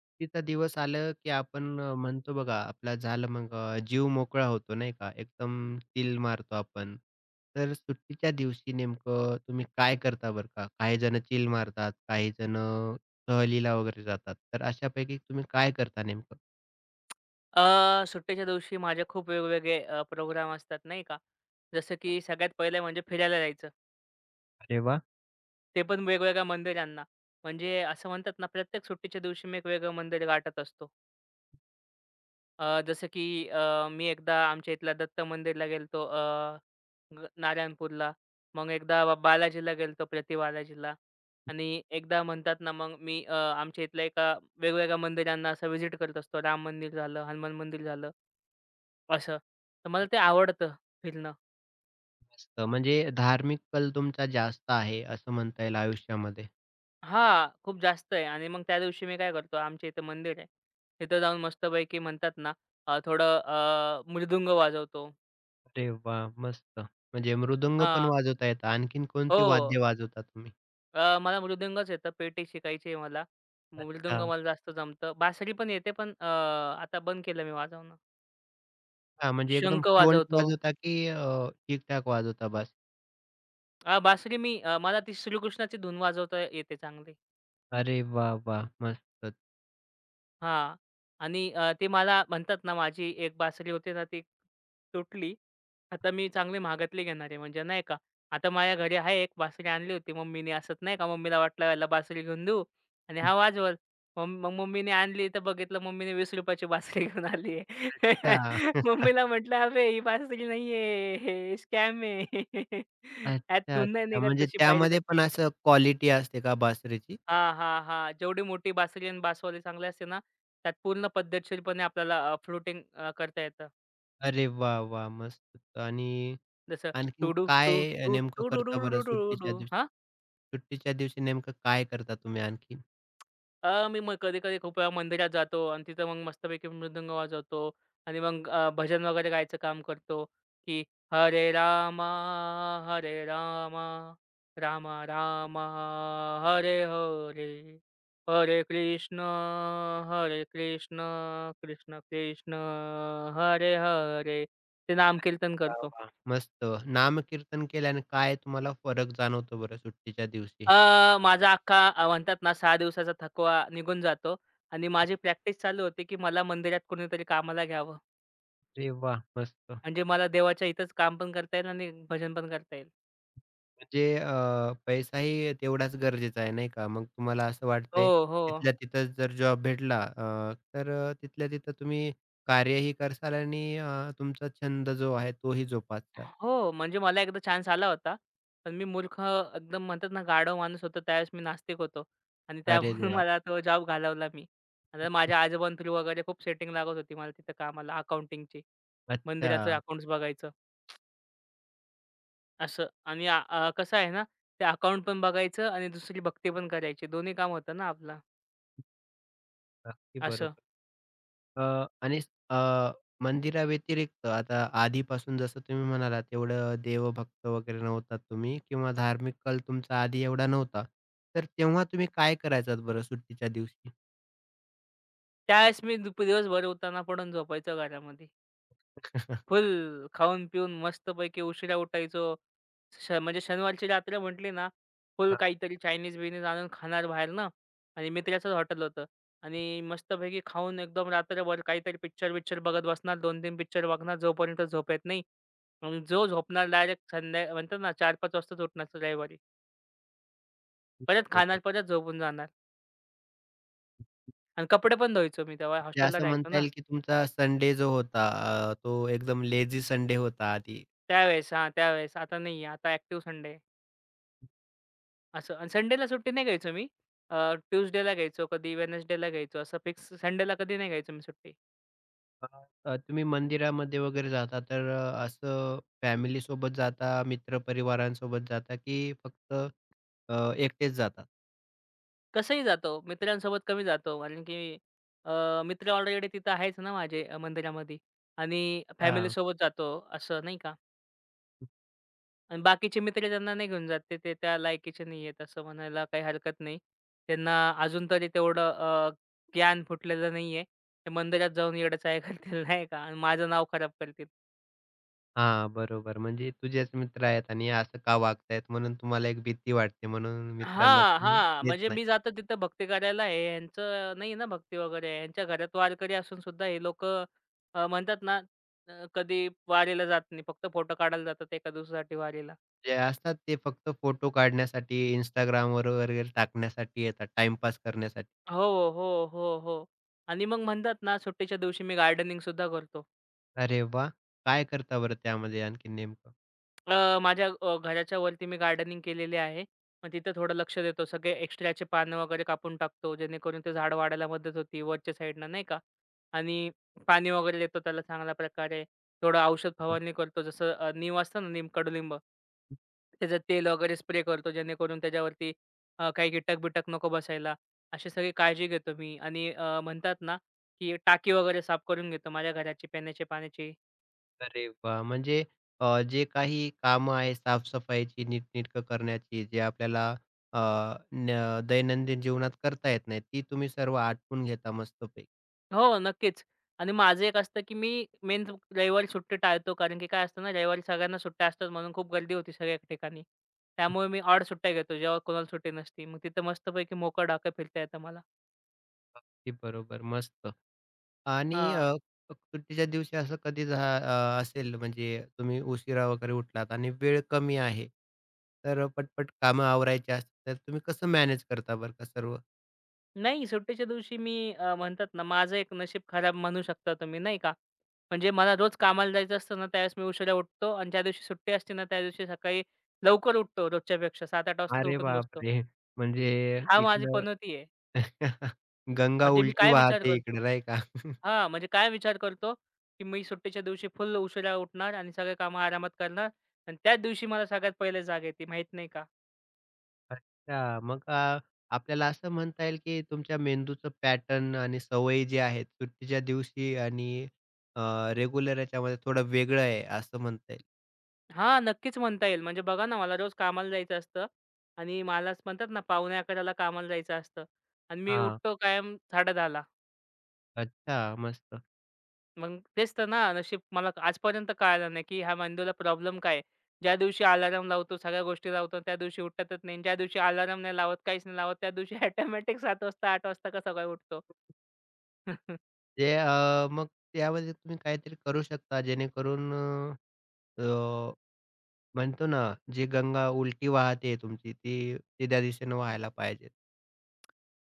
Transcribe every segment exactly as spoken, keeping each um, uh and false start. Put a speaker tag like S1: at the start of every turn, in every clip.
S1: सुट्टीचा दिवस आलं, की आपण अ, म्हणतो बघा, आपला झालं मग अ, जीव मोकळा होतो नाही का? एकदम चिल मारतो आपण. तर सुट्टीच्या दिवशी नेमकं तुम्ही काय करता बरं का? काही जण चिल मारतात, काही जण सहलीला वगैरे जातात. तर अशापैकी तुम्ही काय करता नेमकं?
S2: अ, सुट्टीच्या दिवशी माझे खूप वेगवेगळे अ, प्रोग्राम असतात नाही का. जसं की सगळ्यात पहिले म्हणजे फिरायला जायचं.
S1: अरे वाह!
S2: ते पण वेगवेगळ्या मंदिरांना. म्हणजे असं म्हणतात ना, प्रत्येक सुट्टीच्या दिवशी मी एक वेगळं मंदिर गाठत असतो. अ, जसं की अ, मी एकदा आमच्या इथल्या दत्त मंदिरला गेलतो, अ, ग नारायणपूरला. मग एकदा बा बालाजीला गेलतो, प्रति बालाजीला, आणि एकदा म्हणतात ना, मग मी अ, आमच्या इथल्या एका वेगवेगळ्या मंदिरांना असं व्हिजिट करत असतो. राम मंदिर झालं, हनुमान मंदिर झालं, असं. तर मला ते आवडतं फिरणं.
S1: मस्त. म्हणजे धार्मिक कल तुमचा जास्त आहे, असं म्हणता येईल आयुष्यामध्ये.
S2: हां, खूप जास्त आहे. आणि मग त्या दिवशी मी काय करतो, आमच्या इथं मंदिर आहे. तिथं जाऊन मस्तपैकी म्हणतात ना, अ, थोडं अ, मृदुंग वाजवतो.
S1: अरे वाह! मस्त. म्हणजे मृदुंग पण
S2: हां.
S1: वाजवता येतं. आणखीन कोणती वाद्य
S2: हो.
S1: वाजवता तुम्ही?
S2: अ, मला मृदुंगच येतं, पेटी शिकायची आहे मला. मृदुंग
S1: अच्छा.
S2: मला जास्त जमतं. बासरी पण येते, पण अ, आता बंद केलं मी वाजवणं.
S1: हां, म्हणजे एकदम
S2: शंख
S1: फ्लुएंट
S2: वाजवतो.
S1: वाजवता की अ, ठीक-ठाक वाजवता बास?
S2: अ, बासरी मी अ, मला ती श्रीकृष्णाची धून वाजवता येते चांगली.
S1: अरे वाह! वाह! मस्तच.
S2: हां. आणि अ, ते मला म्हणतात ना, माझी एक बासरी होती ना, ती तुटली. आता मी चांगली महागातली घेणार आहे. म्हणजे नाही का, आता माझ्या घरी आहे, एक बासरी आणली होती मम्मीने. असंच नाही का, मम्मीला वाटलं, याला बासरी घेऊन देऊ आणि हा वाजवल. मग मग मम्मीने आणली तर बघितलं, मम्मीने ₹वीस रुपये ची बासरी घेऊन आली आहे.
S1: अच्छा.
S2: मम्मीला म्हटलं, "अबे, ही बासरी नाहीये, स्कॅम आहे. यात
S1: अच्छा,
S2: धून नाही
S1: अच्छा.
S2: निघत
S1: म्हणजे
S2: तशी पाहिजे.
S1: त्यामध्ये पण असं क्वालिटी असते का बासरीची?
S2: हां, हां, हां. जेवढी मोठी बासरी आणि बासवाली चांगली असते ना, त्यात पूर्ण पद्धतशीरपणे आपल्याला अ, फ्लुटिंग अ, करता येतं.
S1: अरे वाह! वाह! मस्त आणि
S2: जसं
S1: आणखीन
S2: टू डू टू
S1: काय
S2: टू
S1: नेमकं
S2: टू डू डू
S1: करता
S2: डू
S1: बरं
S2: डू डू
S1: सुट्टीच्या
S2: डू.
S1: दिवशी? सुट्टीच्या दिवशी नेमकं काय करता तुम्ही आणखीन?
S2: अ, मी मग कधी-कधी खूप वेळा मंदिरात जातो आणि तिथं मग मस्तपैकी मृदंग वाजवतो आणि मग अ, भजन वगैरे गायचं काम करतो, की हरे रामा, हरे रामा, रामा रामा, हरे हरे, हरे कृष्ण, हरे कृष्ण, कृष्ण कृष्ण, हरे हरे. ते नामकीर्तन
S1: वाह!
S2: करतो.
S1: वाह! मस्त. नामकीर्तन केल्याने काय तुम्हाला फरक जाणवतो बरं सुट्टीच्या दिवशी?
S2: अ, माझा अख्खा अ, म्हणतात ना, सहा दिवसाचा थकवा निघून जातो आणि माझी प्रॅक्टिस चालू होते, की मला मंदिरात कोणीतरी कामाला घ्यावं.
S1: अरे वाह! मस्त.
S2: म्हणजे मला देवाच्या इथंच काम पण करता येईल आणि भजन पण करता येईल.
S1: म्हणजे अ, पैसाही तेवढाच गरजेचा आहे नाही का? मग तुम्हाला असं
S2: हो,
S1: वाटतंय
S2: हो.
S1: तिथल्या तिथंच जर जॉब भेटला अ, तर अ, तिथल्या तिथं तुम्ही कार्यही करसाल आणि अ, तुमचा छंद जो आहे तोही जोपासाल.
S2: हो, म्हणजे मला एकदा चान्स आला होता. पण मी मूर्ख, एकदम म्हणतात ना, गाढव माणूस होतो. त्यावेळेस मी नास्तिक होतो आणि त्यामुळे
S1: अरे देवा!
S2: मला तो जॉब घालवला मी. आता माझ्या आजोबां थ्रू वगैरे खूप सेटिंग लागत होती मला तिथं कामाला, अकाउंटिंगची. मंदिराचं
S1: अच्छा.
S2: अकाउंट्स बघायचं असं, आणि अ, अ, कसं आहे ना, ते अकाउंट पण बघायचं आणि दुसरी भक्ती पण करायची. दोन्ही काम होतं ना आपलं,
S1: अगदी
S2: असं.
S1: बरोबर. अ, आणि अ, मंदिराव्यतिरिक्त आता आधीपासून जसं तुम्ही म्हणालात एवढं देवभक्त वगैरे नव्हतात तुम्ही किंवा धार्मिक कल तुमचा आधी एवढा नव्हता. तर तेव्हा तुम्ही काय करायचात बरं सुट्टीच्या दिवशी?
S2: त्यावेळेस मी दुप दिवसभर उताना पडून झोपायचो घरामध्ये. फुल खाऊन-पिऊन मस्तपैकी उशिरा उठायचो. श म्हणजे शनिवारची रात्र म्हटली ना, फुल
S1: हां,
S2: काहीतरी चायनीज-बियनीज आणून खाणार बाहेरनं, आणि मित्राचंच हॉटेल होतं, आणि मस्तपैकी खाऊन एकदम रात्रभर काहीतरी पिक्चर-बिक्चर बघत बसणार. दोन-तीन पिक्चर बघणार जोपर्यंत झोप येत नाही. मग जो झोपणार डायरेक्ट संध्या म्हणतात ना, चार-पाच वाजताच उठणार रविवारी. परत खाणार,
S1: बरोबर.
S2: परत झोपून जाणार, आणि कपडे पण धुवायचो मी, तेव्हा
S1: म्हणजे
S2: हॉस्टेलला
S1: असं
S2: राहायचो
S1: म्हणता
S2: ना.
S1: येईल की तुमचा संडे जो होता अ, तो एकदम लेझी संडे होता आधी.
S2: त्यावेळेस हां, त्यावेळेस. आता नाही, आता ॲक्टिव्ह संडे, असं. आणि संडेला सुट्टी नाही घ्यायचो मी. अ, ट्यूसडेला घ्यायचो, कधी वेडनेसडेला घ्यायचो. असं फिक्स संडेला कधी नाही घ्यायचो मी सुट्टी.
S1: अ, अ, तुम्ही मंदिरामध्ये वगैरे जाता तर अ, असं फॅमिली सोबत जाता, मित्रपरिवारांसोबत जाता की फक्त अ, एकटेच जाता?
S2: कसंही जातो, मित्रांसोबत कमी जातो कारण की अ, मित्र ऑलरेडी तिथं आहेच ना, माझे अ, मंदिरामध्ये. आणि
S1: हां.
S2: फॅमिलीसोबत जातो, असं नाही का. आणि बाकीचे मित्र ज्यांना नाही घेऊन जात, ते ते त्या लायकीचे नाही आहेत असं म्हणायला काही हरकत नाही. त्यांना अजून तरी तेवढं अ, ज्ञान फुटलेलं नाहीये. ते मंदिरात जाऊन येडे चाळे करतील नाही का, आणि माझं नाव खराब करतील.
S1: हां, बरोबर. म्हणजे तुझेच मित्र आहेत आणि असं का वागतायत म्हणून तुम्हाला एक भीती वाटते म्हणून मित्रांना
S2: हां,
S1: तुम्ही
S2: हां.
S1: नेत
S2: म्हणजे
S1: नाही.
S2: मी जातो तिथं भक्ती करायला, हे ह्यांचं नाही ना भक्ती वगैरे. ह्यांच्या घरात वारकरी असून सुद्धा हे लोकं, अ, म्हणतात ना, अ, कधी वारीला जात नाही. फक्त फोटो काढायला जातात एका दिवसासाठी वारीला.
S1: जे असतात ते फक्त फोटो काढण्यासाठी Instagramवर वगैरे टाकण्यासाठी येतात, टाईमपास करण्यासाठी.
S2: हो, हो, हो, हो. आणि मग म्हणतात ना, सुट्टीच्या दिवशी मी गार्डनिंग सुद्धा करतो.
S1: अरे वाह! काय करता बरं त्यामध्ये आणखीन नेमकं?
S2: अ, माझ्या अ, घराच्या वरती मी गार्डनिंग केलेली आहे. मग तिथं थोडं लक्ष देतो. सगळे एक्स्ट्राचे पानं वगैरे कापून टाकतो, जेणेकरून ते झाड वाढायला मदत होती वरच्या साईडनं नाही का. आणि पाणी वगैरे देतो त्याला चांगल्या प्रकारे. थोडं औषध
S1: हं,
S2: फवारणी करतो, जसं अ, नीम असतं ना, नीम, कडुलिंब.
S1: हं.
S2: त्याचं तेल वगैरे स्प्रे करतो, जेणेकरून त्याच्यावरती अ, काही कीटक-बिटक नको बसायला. अशी सगळी काळजी घेतो मी. आणि अ, म्हणतात ना, की टाकी वगैरे साफ करून घेतो माझ्या घराची, पिण्याच्या पाण्याची.
S1: अरे वाह! म्हणजे अ, जे काही कामं आहे साफ नीटनेटकं करण्याची, जे आपल्याला अ, न दैनंदिन जीवनात करता येत नाही, ती तुम्ही सर्व आटपून घेता मस्तपैकी.
S2: हो, नक्कीच. आणि माझं एक असतं, की मी मेन रविवारी सुट्टी टाळतो. कारण की काय असतं ना, रविवारी सगळ्यांना सुट्ट्या असतात, म्हणून खूप गर्दी होती सगळ्या ठिकाणी. त्यामुळे मी ऑड सुट्ट्या घेतो, जेव्हा कोणाला सुट्टी नसती. मग तिथं मस्तपैकी मोकळं-ढाकं फिरता येतं मला.
S1: ती बरोबर, मस्त. आणि
S2: हां.
S1: अ, सुट्टीच्या दिवशी असं कधी झा अ, असेल म्हणजे तुम्ही उशिरा वगैरे उठलात आणि वेळ कमी आहे, तर पटपट कामं आवरायची असतात, तर तुम्ही कसं मॅनेज करता बरं का सर्व?
S2: नाही, सुट्टीच्या दिवशी मी, अ, म्हणतात ना, माझं एक नशीब खराब म्हणू शकता तुम्ही, नाही का. म्हणजे मला रोज कामाला जायचं असतं ना, त्यावेळेस मी उशिरा उठतो. आणि ज्या दिवशी सुट्टी असते ना, त्या दिवशी सकाळी लवकर उठतो, रोजच्यापेक्षा सात-आठ वाजताच
S1: अरे
S2: उठून बसतो.
S1: बापरे! म्हणजे
S2: हा माझी
S1: इकडं
S2: पनौती आहे.
S1: गंगा
S2: म्हणजे मी
S1: उलटी
S2: काय विचार
S1: वाहते
S2: करतो,
S1: इकडे नाही का?
S2: हां, म्हणजे काय विचार करतो, की मी सुट्टीच्या दिवशी फुल उशिरा उठणार आणि सगळे कामं आरामात करणार, आणि त्याच दिवशी मला सगळ्यात पहिले जाग येते, माहीत नाही का?
S1: अच्छा. मग अ, आपल्याला असं म्हणता येईल, की तुमच्या मेंदूचं पॅटर्न आणि सवयी जे आहेत सुट्टीच्या दिवशी आणि रेग्युलर याच्यामध्ये थोडं वेगळं आहे असं म्हणता येईल.
S2: हां, नक्कीच म्हणता येईल. म्हणजे बघा ना, मला रोज कामाला जायचं असतं, आणि मलाच म्हणतात ना, पावणे 11:00ला कामाला जायचं असतं, आणि मी
S1: हां.
S2: उठतो कायम 10:30ला.
S1: अच्छा मस्त.
S2: मग तेच तर ना, नशीब मला आजपर्यंत कळालं नाही, की ह्या मेंदूला प्रॉब्लेम काय आहे? ज्या दिवशी अलार्म लावतो, सगळ्या गोष्टी लावतो, त्या दिवशी उठतच नाही. ज्या दिवशी अलार्म नाही लावत, काहीच नाही लावत, त्या दिवशी ऑटोमॅटिक सात वाजता, आठ वाजता का काय उठतो?
S1: ते अ, मग त्यामध्ये तुम्ही काहीतरी करू शकता जेणेकरून अ, अ, म्हणतो ना, जी गंगा उलटी वाहते तुमची ती, सीध्या दिशेने व्हायला पाहिजे.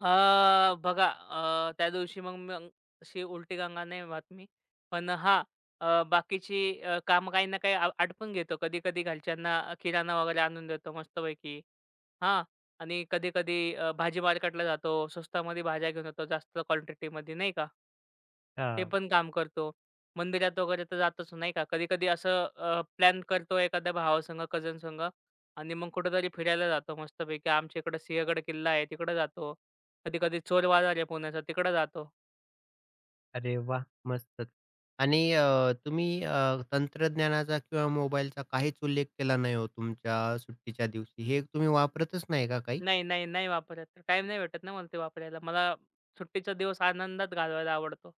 S2: अ, बघा, अ, त्या दिवशी मग मग अशी उलटी गंगा नाही वाहत मी. पण हां, अ, बाकीची अ, कामं काही ना काही आ आटपून घेतो. कधी-कधी घरच्यांना किराणा वगैरे आणून देतो मस्तपैकी. हां. आणि कधी-कधी अ, भाजी मार्केटला जातो. स्वस्तामध्ये भाज्या घेऊन येतो जास्त क्वांटिटीमध्ये, नाही का? ते
S1: हां.
S2: पण काम करतो. मंदिरात वगैरे तर जातोच नाही का? कधी-कधी असं अ, प्लॅन करतो एखाद्या भावासंग, कझनसंग, आणि मग कुठेतरी फिरायला जातो मस्तपैकी. आमच्या इकडं सिंहगड किल्ला आहे, तिकडं जातो. कधी-कधी चोर बाजार आहे पुण्याचा, तिकडं जातो.
S1: अरे वा, मस्तच. आणि अ, तुम्ही अ, तंत्रज्ञानाचा किंवा मोबाईलचा काहीच उल्लेख केला नाही हो तुमच्या सुट्टीच्या दिवशी. हे तुम्ही वापरतच नाही का काही?
S2: नाही, नाही, नाही वापरत. टाईम नाही भेटत ना मला ते वापरायला. मला सुट्टीचा दिवस आनंदात घालवायला आवडतो.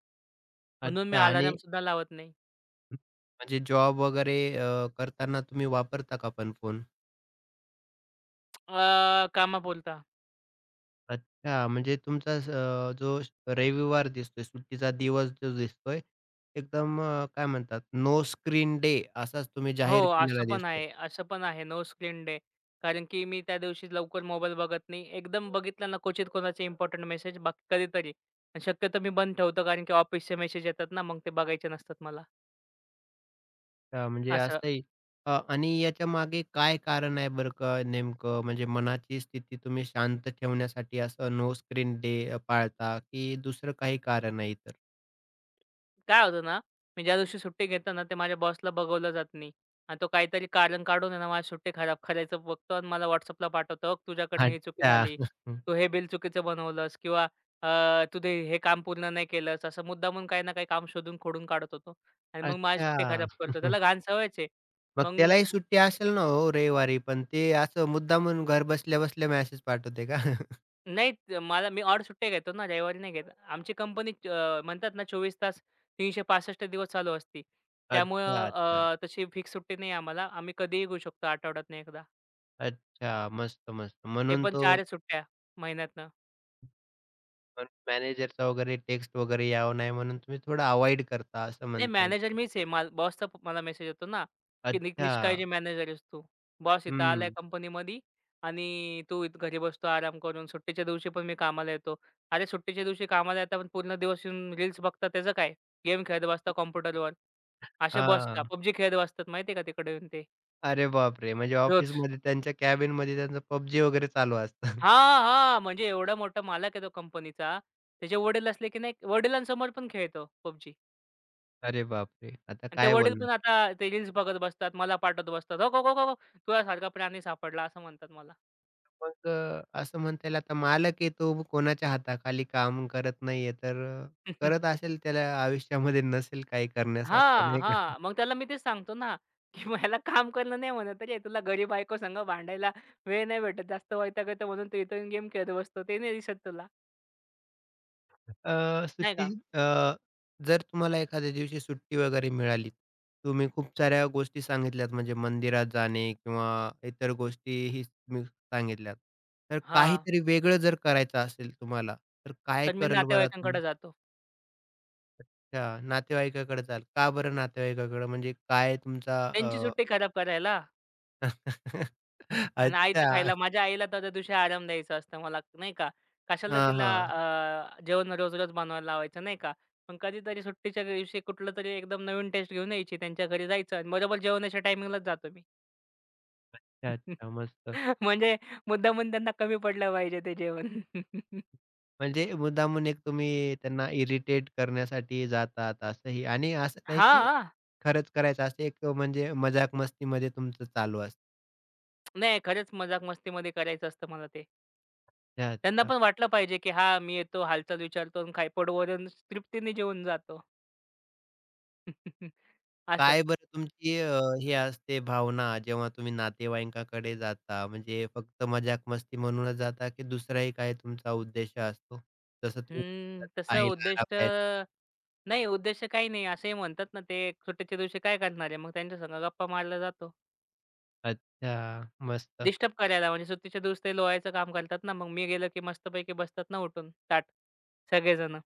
S2: म्हणून मी
S1: अच्छा. आणि
S2: अलार्मसुद्धा लावत नाही.
S1: म्हणजे जॉब वगैरे अ, करताना तुम्ही वापरता का पण फोन?
S2: अ, कामापुरता.
S1: अच्छा, म्हणजे तुमचा स- अ, जो श- रविवार दिसतोय, सुट्टीचा दिवस जो दिसतोय, एकदम अ, काय म्हणतात, नो स्क्रीन डे असाच तुम्ही
S2: हो,
S1: जाहीर केलेला
S2: असं पण
S1: दिसतोय.
S2: आहे, असं पण आहे, नो स्क्रीन डे. कारण की मी त्या दिवशी लवकर मोबाईल बघत नाही. एकदम बघितला ना क्वचित, कोणाचे इम्पोर्टंट मेसेज बघ कधीतरी. आणि शक्यतो मी बंद ठेवतो, कारण की ऑफिसचे मेसेज येतात ना, मग ते बघायचे नसतात मला.
S1: अच्छा, म्हणजे
S2: असं.
S1: असंही अ, आणि याच्यामागे काय कारण आहे बरं का नेमकं? म्हणजे मनाची स्थिती तुम्ही शांत ठेवण्यासाठी असं नो स्क्रीन डे पाळता की दुसरं काही कारण आहे इतर?
S2: काय होतं ना, मी ज्या दिवशी सुट्टी घेतो ना, ते माझ्या बॉसला बघवलं जात नाही. आणि तो काहीतरी कारण काढून आहे ना, माझी सुट्टी खराब करायचं बघतो, आणि मला WhatsAppला पाठवतो, "बघ, तुझ्याकडनं ही चुकी
S1: अच्छा.
S2: झाली. तू हे बिल चुकीचं बनवलंस, किंवा अ, तू ते हे काम पूर्ण नाही केलंस." असं मुद्दामून काही ना काही काम शोधून खोडून काढत होतो, आणि मग माझी सुट्टी
S1: अच्छा.
S2: खराब करतो. त्याला घाण सवयच आहे.
S1: मग त्यालाही
S2: मग
S1: सुट्टी असेल ना हो रविवारी, पण ते असं मुद्दामून घर बसल्या-बसल्या मेसेज पाठवते का?
S2: नाही त मला, मी ऑड सुट्ट्या घेतो ना, रविवारी नाही घेत. आमची कंपनी, अ, म्हणतात ना, चोवीस तास तीनशे पासष्ट दिवस चालू असते. त्यामुळं
S1: अच्छा, अच्छा.
S2: अ, तशी फिक्स सुट्टी नाही आम्हाला. आम्ही कधीही घेऊ शकतो आठवड्यातून एकदा.
S1: अच्छा. मस्त, मस्त.
S2: ते
S1: म्हणून
S2: पण
S1: तो
S2: चार च सुट्ट्या महिन्यातनं.
S1: मॅनेजरचा वगैरे टेक्स्ट वगैरे यावं नाही म्हणून तुम्ही थोडं अव्हॉइड करता असं
S2: नाही,
S1: म्हणता येईल.
S2: मॅनेजर मीच आहे. माल बॉसचा मला मेसेज येतो ना, की "नि
S1: अच्छा.
S2: निष्काळजी मॅनेजर आहेस तू. बॉस इथं आलाय
S1: हं.
S2: कंपनीमध्ये, आणि तू इथं घरी बसतो आराम करून. सुट्टीच्या दिवशी पण मी कामाला येतो." अरे, सुट्टीच्या दिवशी कामाला येता, पण पूर्ण दिवस येऊन रील्स बघता, त्याचं काय? गेम खेळत बसता कॉम्प्युटरवर. असे बॉस का?
S1: हां.
S2: पबजी खेळत बसतात, माहिती का, तिकडे येऊन ते,
S1: अरे बापरे! म्हणजे
S2: रोज.
S1: ऑफिसमध्ये त्यांच्या कॅबिनमध्ये त्यांचं PUBG वगैरे चालू असतं.
S2: हां, हां. म्हणजे एवढा मोठा मालक आहे तो कंपनीचा. त्याचे वडील असले की नाही, वडिलांसमोर पण खेळतो पबजी.
S1: अरे बापरे! आता
S2: आणि ते
S1: काय
S2: वडील
S1: बोलणार?
S2: पण आता ते रील्स बघत बसतात. मला पाठवत बसतात. "हो, हो, हो, हो, तुझ्यासारखा प्राणी सापडला," असं म्हणतात मला.
S1: मग अ, असं म्हणता येईल आता मालक आहे तो कोणाच्या हाताखाली काम करत नाहीये, तर अ, करत असेल त्याला आयुष्यामध्ये नसेल काही करण्यासारखं,
S2: हां,
S1: नाही का?
S2: हां. मग त्याला मी तेच सांगतो ना, की मग काम करणं नाही म्हणत रे. तुला घरी बायको संग भांडायला वेळ नाही भेटत. जास्त वैताग येतो, म्हणून तू इथं गेम खेळत बसतो. ते नाही दिसत तुला,
S1: अ,
S2: नाही
S1: सुट्टी
S2: का?
S1: अ, जर तुम्हाला एखाद्या दिवशी सुट्टी वगैरे मिळाली, तुम्ही खूप साऱ्या गोष्टी सांगितल्यात म्हणजे मंदिरात जाणे किंवा इतर गोष्टीही तुम्ही सांगितल्यात. तर
S2: हां.
S1: काहीतरी वेगळं जर करायचं असेल तुम्हाला, तर काय
S2: तर मी
S1: कराल बरं
S2: नातेवाईकांकडे
S1: तुम्ही?
S2: जातो.
S1: अच्छा, नातेवाईकाकडे जाल. का बरं नातेवाईकाकडे? म्हणजे काय तुमचा अ,
S2: त्यांची सुट्टी खराब करायला. आणि आई तर,
S1: अच्छा.
S2: खायला माझ्या आईला तर त्या दिवशी आराम द्यायचा असतं मला, नाही का. कशाला
S1: हां,
S2: तिला
S1: हां.
S2: अ, जेवण रोज-रोज बनवायला लावायचं, नाही का. पण कधीतरी सुट्टीच्या दिवशी कुठलं तरी एकदम नवीन टेस्ट घेऊन यायची. त्यांच्या घरी जायचं आणि बरोबर जेवणाच्या टायमिंगलाच जातो मी.
S1: अच्छा, अच्छा. मस्त.
S2: म्हणजे मुद्दामून त्यांना कमी पडलं पाहिजे ते जेवण.
S1: म्हणजे मुद्दामून एक तुम्ही त्यांना इरिटेट करण्यासाठी जातात असंही आणि असं नाही की
S2: हां.
S1: खरंच करायचं असं एक म्हणजे मजाक मस्तीमध्ये तुमचं चालू असतं.
S2: नाही, खरंच मजाक मस्तीमध्ये करायचं असतं मला ते.
S1: अच्छा,
S2: त्यांना
S1: अच्छा.
S2: पण वाटलं पाहिजे, की हां, मी येतो, हालचाल विचारतो आणि खाय पोटभरून तृप्तीने जेवून जातो. असं.
S1: काय बरं तुमची अ, हे असते भावना जेव्हा तुम्ही नातेवाईकांकडे जाता म्हणजे फक्त मजाक मस्ती म्हणूनच जाता की दुसराही काही तुमचा उद्देश असतो? जसं तुम्ही
S2: हम्म,
S1: म्हणलात,
S2: तसं
S1: आईला आराम
S2: उद्दिष्ट
S1: द्यायचा.
S2: नाही, उद्देश्य काही नाही. असंही म्हणतात ना, ते सुट्टीच्या दिवशी काय करणार आहे? मग त्यांच्या संग गप्पा मारायला जातो.
S1: अच्छा, मस्त.
S2: डिस्टर्ब करायला, म्हणजे सुट्टीच्या दिवशी ते लोळायचं काम करतात ना, मग मी गेलो की मस्तपैकी बसतात ना उठून ताठ, सगळेजण.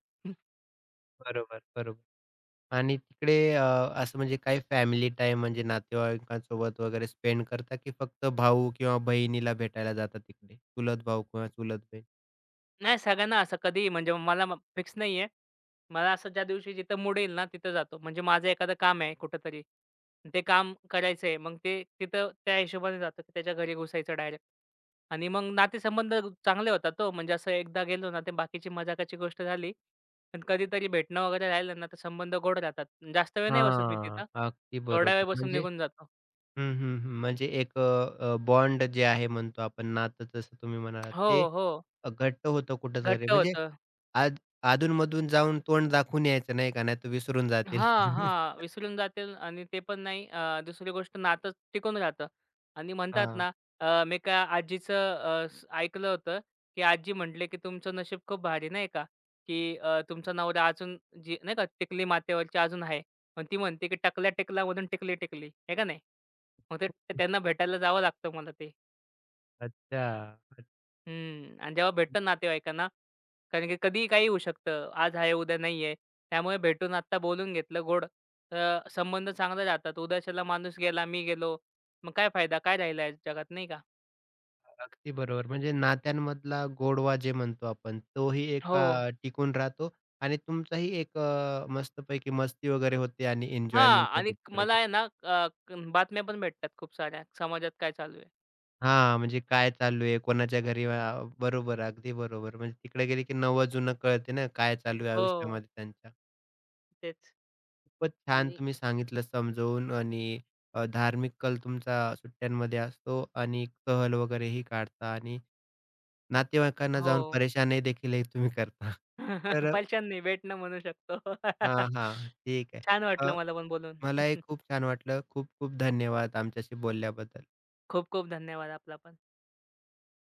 S1: बरोबर, बरोबर. आणि तिकडे अ, असं म्हणजे काही फॅमिली टाईम म्हणजे नातेवाईकांसोबत वगैरे स्पेंड करता, की फक्त भाऊ किंवा बहिणीला भेटायला जाता तिकडे? चुलत भाऊ किंवा चुलत बहीण?
S2: नाही, सगळ्यांना असं कधीही, म्हणजे मला म फिक्स नाहीये. मला असं ज्या दिवशी जिथं मूड येईल ना, तिथं जातो. म्हणजे माझं एखादं काम आहे कुठेतरी. ते काम करायचंय. मग ते तिथं त्या हिशोबाने जातो, की त्याच्या घरी घुसायचं डायरेक्ट. आणि मग नातेसंबंध चांगले होतात हो. म्हणजे असं एकदा गेलो ना, ते बाकीची मजाकाची गोष्ट झाली. पण कधीतरी भेटणं वगैरे राहिलं ना, तर संबंध गोड राहतात. जास्त वेळ नाही बसत मी
S1: हां,
S2: तिथं.
S1: अगदी
S2: थोडा वेळ
S1: बरोबर.
S2: बसून
S1: म्हणजे
S2: निघून जातो.
S1: हं, हं, हं. म्हणजे एक बॉन्ड जे आहे म्हणतो आपण नातं जसं तुम्ही म्हणालात ते
S2: हो, हो.
S1: अ, घट्ट होतं कुठेतरी.
S2: घट्ट
S1: म्हणजे
S2: होतं.
S1: आद अधून जाऊन तोंड दाखवून यायचं नाही का, नाही तर विसरून जातील.
S2: हां, हां. विसरून जातील, आणि ते पण नाही. अ, दुसरी गोष्ट, नातं टिकून राहतं. आणि म्हणतात
S1: हां.
S2: ना, अ, मी का आजीचं अ, स ऐकलं होतं, की आजी म्हटले, की "तुमचं नशीब खूप भारी," नाही का, की अ, "तुमचा नवरा अजून जी नाही का, टिकली मातेवरची अजून आहे." पण ती म्हणते, की "टकला टिकला म्हणून टिकली टिकली." आहे का नाही? मग ते ते- त्यांना भेटायला जावं लागतं मला ते.
S1: अच्छा.
S2: हं. आणि जेव्हा भेटतं नातेवाईकांना, कारण की कधीही काही होऊ शकतं. आज आहे, उद्या नाही आहे. त्यामुळे भेटून आत्ता बोलून घेतलं गोड, तर संबंध चांगले राहतात. उद्याच्याला माणूस गेला, मी गेलो. मग काय फायदा? काय राहिला या जगात, नाही का?
S1: अगदी बरोबर. म्हणजे नात्यांमधला गोडवा जे म्हणतो आपण, तोही एक
S2: हो.
S1: अ, टिकून राहतो आणि तुमचाही एक अ, मस्तपैकी मस्ती वगैरे होते आणि
S2: हां.
S1: एन्जॉयमेंट
S2: आणि
S1: होते
S2: क-
S1: तिकडे
S2: मला
S1: गेले
S2: आहे ना, अ, क- बातम्या पण भेटतात खूप साऱ्या, समाजात काय चालू आहे.
S1: हां, म्हणजे काय चालू आहे, कोणाच्या घरी अ, बरोबर, अगदी बरोबर. म्हणजे तिकडे गेले की नवं-जुनं कळते ना, काय चालू आहे
S2: हो,
S1: आयुष्यामध्ये त्यांच्या.
S2: तेच.
S1: खूपच छान
S2: आणि
S1: तुम्ही सांगितलं समजवून आणि अ, धार्मिक कल तुमचा सुट्ट्यांमध्ये असतो आणि सहल वगैरेही काढता आणि नातेवाईकांना
S2: हो.
S1: जाऊन परेशानही देखील हे तुम्ही करता. तर
S2: पैशानं नाही, भेटणं म्हणू शकतो.
S1: हां, हां. ठीक आहे.
S2: छान वाटलं
S1: अ,
S2: मला पण बोलून.
S1: मलाही खूप छान वाटलं. खूप खूप धन्यवाद आमच्याशी बोलल्याबद्दल.
S2: खूप खूप धन्यवाद आपला पण.